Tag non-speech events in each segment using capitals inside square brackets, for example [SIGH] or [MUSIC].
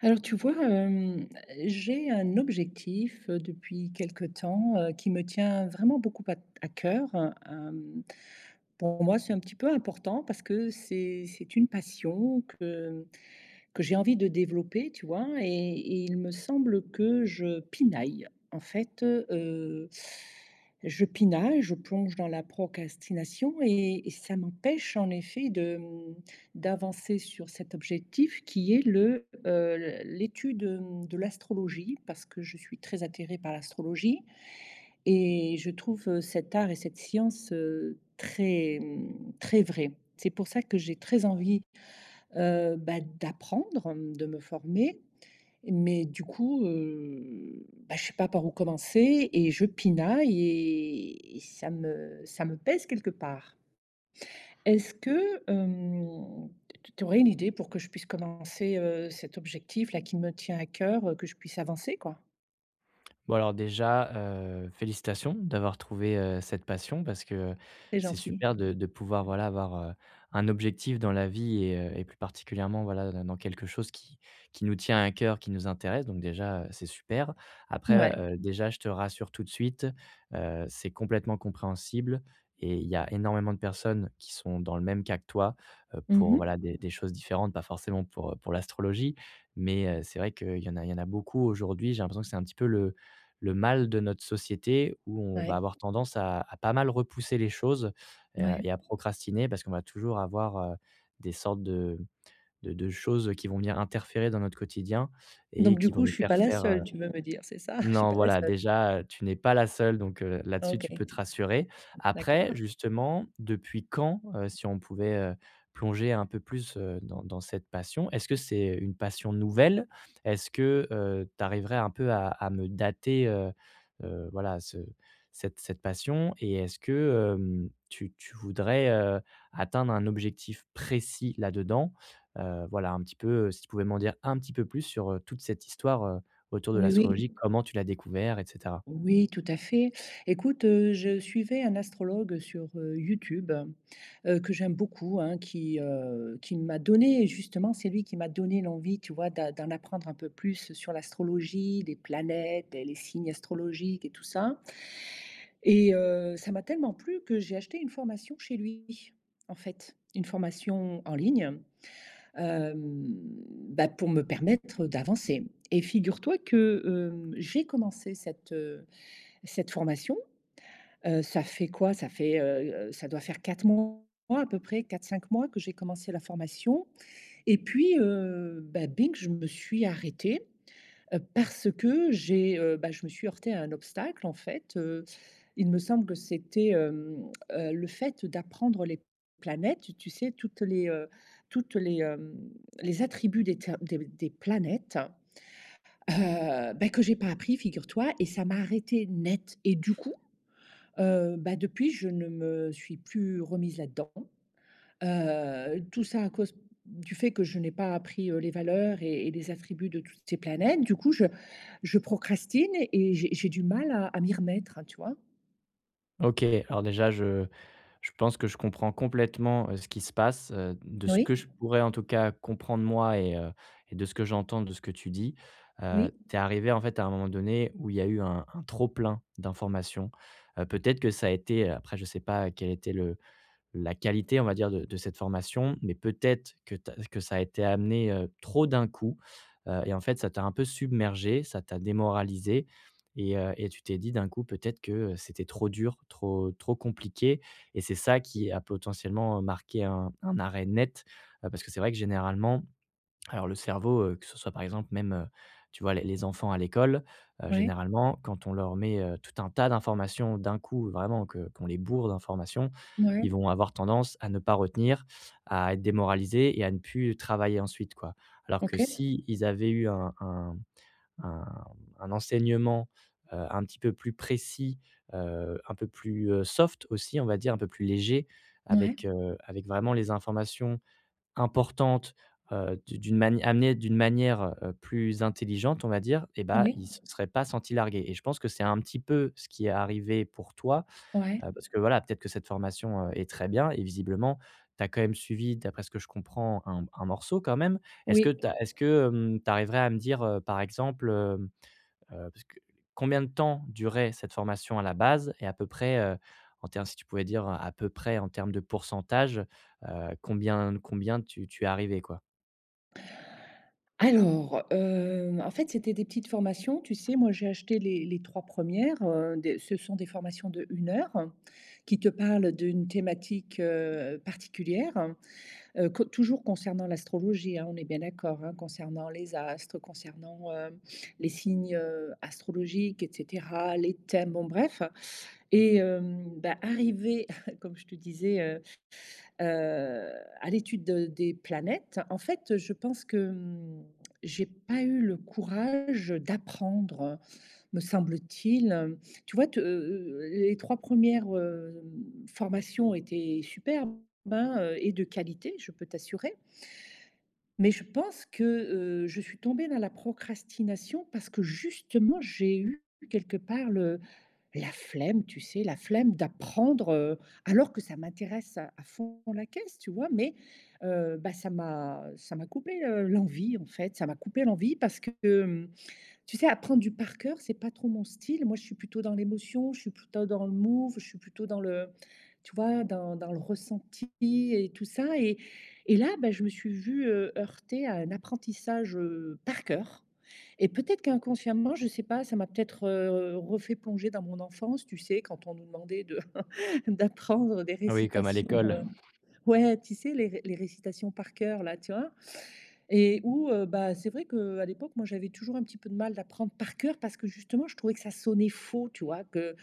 Alors tu vois, j'ai un objectif, depuis quelque temps, qui me tient vraiment beaucoup à cœur. Hem, pour moi, c'est un petit peu important parce que c'est une passion que j'ai envie de développer, tu vois? Et il me semble que je pinaille. En fait, je pinaille, je plonge dans la procrastination et ça m'empêche en effet de, d'avancer sur cet objectif qui est l'étude de l'astrologie parce que je suis très attirée par l'astrologie et je trouve, cet art et cette science, très, très vraie. C'est pour ça que j'ai très envie d'apprendre, de me former, mais du coup, bah, je sais pas par où commencer et je pinaille et ça me pèse quelque part. Est-ce que tu aurais une idée pour que je puisse commencer, cet objectif-là qui me tient à cœur, que je puisse avancer, quoi? Bon alors déjà, félicitations d'avoir trouvé, cette passion parce que C'est c'est gentil. super de pouvoir, voilà, avoir, un objectif dans la vie et plus particulièrement, voilà, dans quelque chose qui nous tient à cœur, qui nous intéresse donc déjà, c'est super. Après, Ouais. Déjà je te rassure tout de suite, c'est complètement compréhensible et il y a énormément de personnes qui sont dans le même cas que toi, pour, Mmh. voilà, des choses différentes, pas forcément pour l'astrologie mais c'est vrai qu'il y en a beaucoup aujourd'hui, j'ai l'impression que c'est un petit peu le mal de notre société où on Ouais, va avoir tendance à pas mal repousser les choses, ouais. et à procrastiner parce qu'on va toujours avoir, des sortes de choses qui vont venir interférer dans notre quotidien et Donc du qui vont coup, nous je suis pas faire la faire, seule, tu veux me dire, c'est ça? [LAUGHS] Je suis non, pas la voilà, seule. déjà, tu n'es pas la seule, donc là-dessus, OK, tu peux te rassurer. Après, d'accord. justement, depuis quand, si on pouvait, plonger un peu plus, dans cette passion, est-ce que c'est une passion nouvelle? Est-ce que, tu arriverais un peu à me dater, voilà, ce cette passion? Et est-ce que, tu voudrais, atteindre un objectif précis là-dedans? Voilà, un petit peu, si tu pouvais m'en dire un petit peu plus sur, toute cette histoire, autour de Oui, l'astrologie, oui. comment tu l'as découvert et cetera. Oui, tout à fait. Écoute, je suivais un astrologue sur, YouTube, que j'aime beaucoup, hein, qui m'a donné justement c'est lui qui m'a donné l'envie, tu vois, d'en apprendre un peu plus sur l'astrologie, les planètes et les signes astrologiques et tout ça. Et ça m'a tellement plu que j'ai acheté une formation chez lui, en fait. Une formation en ligne, hem, bah, pour me permettre d'avancer et figure-toi que, j'ai commencé cette formation, ça fait quoi? Ça doit faire 4 mois à peu près, quatre cinq mois que j'ai commencé la formation et puis, bah, bing, je me suis arrêtée, parce que bah, je me suis heurtée à un obstacle en fait, il me semble que c'était, le fait d'apprendre les planètes, tu sais, toutes les, hem, les attributs des ter des planètes, bah, que j'ai pas appris figure-toi et ça m'a arrêtée net et du coup, bah, depuis, je ne me suis plus remise là-dedans. Tout ça à cause du fait que je n'ai pas appris, les valeurs et les attributs de toutes ces planètes. Du coup, je procrastine et j'ai du mal à m'y remettre, hein, tu vois? OK, alors déjà je pense que je comprends complètement, ce qui se passe, de ce Oui, que je pourrais en tout cas comprendre moi et de ce que j'entends de ce que tu dis. Oui, Tu es arrivée en fait à un moment donné où il y a eu un trop plein d'informations. Peut-être que ça a été après je ne sais pas quel était le la qualité, on va dire, de cette formation, mais peut-être que ça a été amené, trop d'un coup, et en fait, ça t'a un peu submergé, ça t'a démoralisé et et tu t'es dit d'un coup peut-être que, c'était trop dur, trop compliqué et c'est ça qui a potentiellement, marqué un arrêt net. Parce que c'est vrai que généralement, alors le cerveau, que ce soit par exemple même, tu vois les enfants à l'école, ouais, généralement quand on leur met, tout un tas d'informations d'un coup, vraiment que qu'on les bourre d'informations, ouais, ils vont avoir tendance à ne pas retenir, à être démoralisés et à ne plus travailler ensuite quoi. Alors que OK, si ils avaient eu un un enseignement, un petit peu plus précis, un peu plus, soft aussi on va dire, un peu plus léger ouais, avec, avec vraiment les informations importante, d d'une mani amenée d'une manière, plus intelligente, on va dire et bah, oui, ils se serait pas senti largué et je pense que c'est un petit peu ce qui est arrivé pour toi, ouais, parce que voilà, peut-être que cette formation, est très bien et visiblement, tu as quand même suivi, d'après ce que je comprends, un morceau quand même. Est-ce que oui. tu est-ce que, Tu arriverais à me dire, par exemple, parce que combien de temps durait cette formation à la base et à peu près, en termes si tu pouvais dire à peu près en termes de pourcentage, combien tu es arrivé, quoi? Alors, en fait, c'était des petites formations, tu sais? Moi, j'ai acheté les trois premières, des ce sont des formations de une heure, hein, qui te parlent d'une thématique, particulière, co toujours concernant l'astrologie, hein, on est bien d'accord, hein? Concernant les astres, concernant, les signes, astrologiques et cetera, les thèmes, bon bref. Et bah, arrivé, [LAUGHS] comme je te disais, Heu, à l'étude de des planètes, en fait, je pense que, j'ai pas eu le courage d'apprendre, me semble-t-il. Tu vois, te les 3 premières, formations étaient superbes, hein, et de qualité, je peux t'assurer. Mais je pense que, je suis tombée dans la procrastination parce que justement j'ai eu quelque part le la flemme, tu sais, la flemme d'apprendre, alors que ça m'intéresse à fond la caisse, tu vois? Mais, bah, ça m'a coupé, l'envie en fait, ça m'a coupé l'envie parce que, tu sais, apprendre du par cœur, c'est pas trop mon style. Moi, je suis plutôt dans l'émotion, je suis plutôt dans le move, je suis plutôt dans le, tu vois, dans le ressenti et tout ça. Et là, ben, je me suis vue heurtée à un apprentissage par cœur. Et peut-être qu'inconsciemment, je sais pas, ça m'a peut-être refait plonger dans mon enfance, tu sais, quand on nous demandait de [LAUGHS] d'apprendre des Oui, comme à récitations. l'école. Ouais, tu sais, les récitations par cœur, là, tu vois. Et où, bah, c'est vrai qu'à l'époque, moi, j'avais toujours un petit peu de mal d'apprendre par cœur parce que justement, je trouvais que ça sonnait faux, tu vois? Que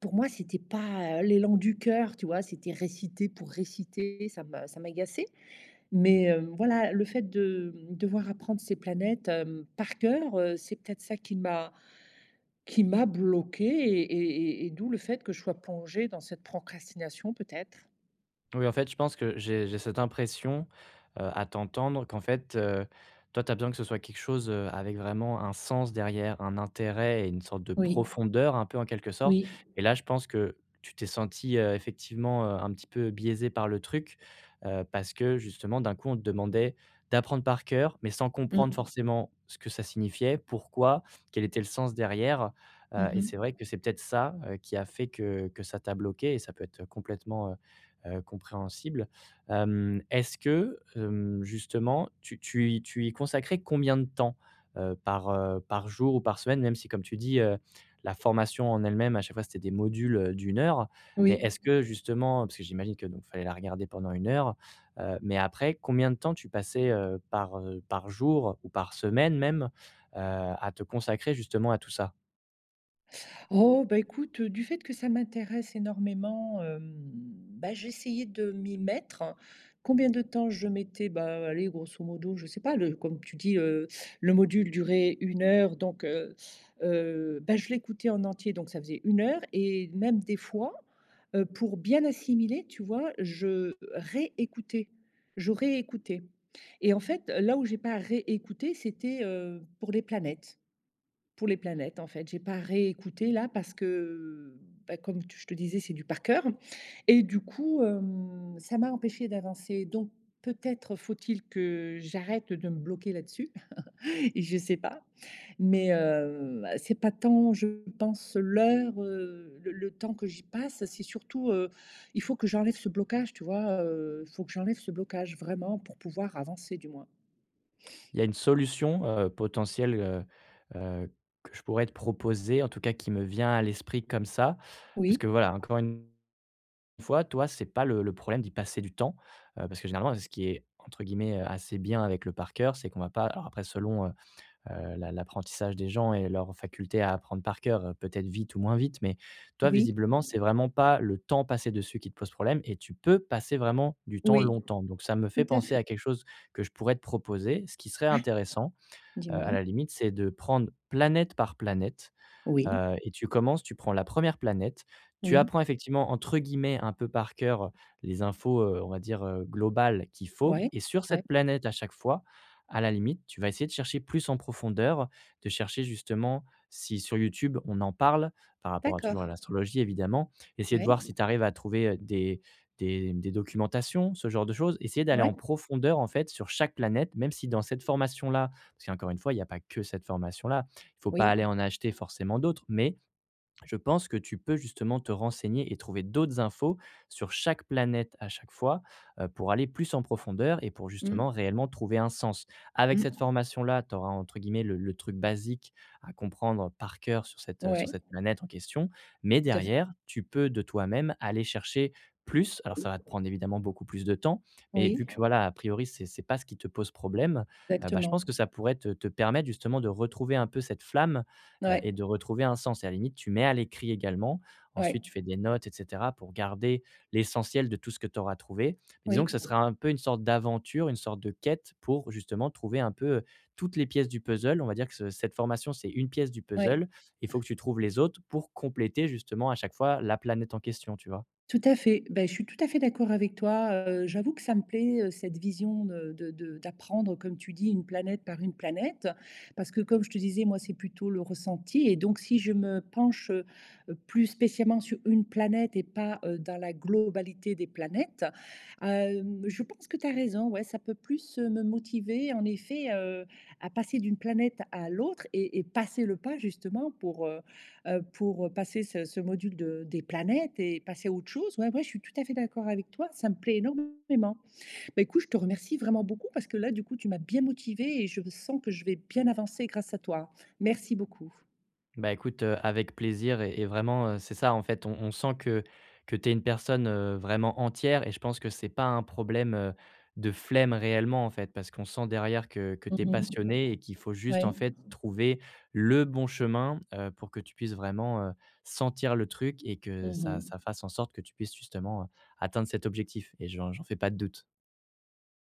pour moi, c'était pas, l'élan du cœur, tu vois? C'était réciter pour réciter, ça m'agaçait. Mais, voilà, le fait de, devoir apprendre ces planètes, par cœur, c'est peut-être ça qui m'a bloqué et d'où le fait que je sois plongée dans cette procrastination peut-être. Oui, en fait, je pense que j'ai cette impression, à t'entendre qu'en fait, toi, tu as besoin que ce soit quelque chose, avec vraiment un sens derrière, un intérêt et une sorte de Oui, profondeur un peu en quelque sorte oui. et là, je pense que tu t'es senti effectivement, un petit peu biaisé par le truc, parce que justement, d'un coup, on te demandait d'apprendre par cœur, mais sans comprendre Mmh. forcément ce que ça signifiait, pourquoi, quel était le sens derrière, et Mmh. c'est vrai que c'est peut-être ça, qui a fait que ça t'a bloqué et ça peut être complètement, compréhensible. Est-ce que, justement, tu y consacrais combien de temps, par, par jour ou par semaine? Même si, comme tu dis, la formation en elle-même, à chaque fois, c'était des modules, d'une heure. Mais Oui. est-ce que, justement parce que j'imagine que donc fallait la regarder pendant une heure, mais après, combien de temps tu passais, par, par jour ou par semaine même, à te consacrer justement à tout ça? Oh, bah, écoute, du fait que ça m'intéresse énormément, bah, j'essayais de m'y mettre. Combien de temps je mettais? Bah, allez, grosso modo, je sais pas, le comme tu dis, le module durait une heure, donc bah, je l'écoutais en entier, donc ça faisait une heure et même des fois, pour bien assimiler, tu vois, je réécoutais. Je réécoutais et en fait, là où j'ai pas réécouté, c'était, pour les planètes. Pour les planètes, en fait. J'ai pas réécouté là parce que, bah, comme tu je te disais, c'est du par cœur et du coup, ça m'a empêché d'avancer, donc peut-être faut-il que j'arrête de me bloquer là-dessus? [LAUGHS] Et je sais pas, mais c'est pas tant, je pense, l'heure, le temps que j'y passe, c'est surtout, il faut que j'enlève ce blocage, tu vois? Il faut que j'enlève ce blocage vraiment pour pouvoir avancer, du moins. Il y a une solution, potentielle, heu, que je pourrais te proposer, en tout cas qui me vient à l'esprit comme ça. Parce Oui, que voilà, encore une fois, toi, c'est pas le problème d'y passer du temps, parce que généralement, ce qui est entre guillemets, «assez bien» avec le par cœur, c'est qu'on va pas alors après selon, l'apprentissage des gens et leur faculté à apprendre par cœur, peut-être vite ou moins vite, mais toi, oui, visiblement, c'est vraiment pas le temps passé dessus qui te pose problème et tu peux passer vraiment du temps oui, longtemps. Donc ça me fait tout à penser fait. à quelque chose que je pourrais te proposer, ce qui serait Ouais, intéressant. À dis-moi? la limite, c'est de prendre planète par planète. Oui, Et tu commences, tu prends la première planète, tu oui. apprends effectivement entre guillemets «un peu par cœur» les infos, on va dire, globales qu'il faut Ouais, et sur ouais, cette planète à chaque fois, à la limite, tu vas essayer de chercher plus en profondeur, de chercher justement si sur YouTube on en parle par rapport à toujours à d'accord. l'astrologie évidemment, essayer de Ouais, voir si tu arrives à trouver, des des documentations, ce genre de choses. Essayer d'aller ouais, en profondeur en fait sur chaque planète, même si dans cette formation-là parce qu'encore une fois, il n'y a pas que cette formation-là. Il faut pas oui. aller en acheter forcément d'autres, mais je pense que tu peux justement te renseigner et trouver d'autres infos sur chaque planète à chaque fois, pour aller plus en profondeur et pour Mmh, justement réellement trouver un sens. Avec cette mmh, formation-là, tu auras entre guillemets le truc basique à comprendre par cœur sur ouais, cette planète en question, mais tout à fait. derrière, tu peux de toi-même aller chercher plus. Alors ça va te prendre évidemment beaucoup plus de temps, mais vu Oui, que voilà, a priori, c'est pas ce qui te pose problème, bah, je exactement. pense que ça pourrait te permettre justement de retrouver un peu cette flamme Ouais, et de retrouver un sens et à la limite, tu mets à l'écrit également. ouais, Ensuite, tu fais des notes et cetera pour garder l'essentiel de tout ce que tu auras trouvé. Mais disons que oui, ce sera un peu une sorte d'aventure, une sorte de quête pour justement trouver un peu, toutes les pièces du puzzle. On va dire que ce cette formation, c'est une pièce du ouais. puzzle. Il faut que tu trouves les autres pour compléter justement à chaque fois la planète en question, tu vois? Tout à fait. Ben, je suis tout à fait d'accord avec toi. J'avoue que ça me plaît, cette vision de d'apprendre, comme tu dis, une planète par une planète. Parce que comme je te disais, moi, c'est plutôt le ressenti et donc si je me penche, plus spécialement sur une planète et pas, dans la globalité des planètes, je pense que tu as raison, ouais, ça peut plus, me motiver en effet, à passer d'une planète à l'autre et passer le pas justement pour, passer ce module de des planètes et passer à autre chose. Ouais, ouais, je suis tout à fait d'accord avec toi, ça me plaît énormément. Bah, écoute, je te remercie vraiment beaucoup parce que là, du coup, tu m'as bien motivée et je sens que je vais bien avancer grâce à toi. Merci beaucoup. Bah, écoute, avec plaisir et vraiment, c'est ça en fait, on sent que tu es une personne, vraiment entière et je pense que c'est pas un problème, de flemme réellement en fait. Parce qu'on sent derrière que tu es Mmh. passionnée et qu'il faut juste en Ouais. fait trouver le bon chemin, pour que tu puisses vraiment, sentir le truc et que ça Mmh. fasse en sorte que tu puisses justement, atteindre cet objectif et j'en fais pas de doute.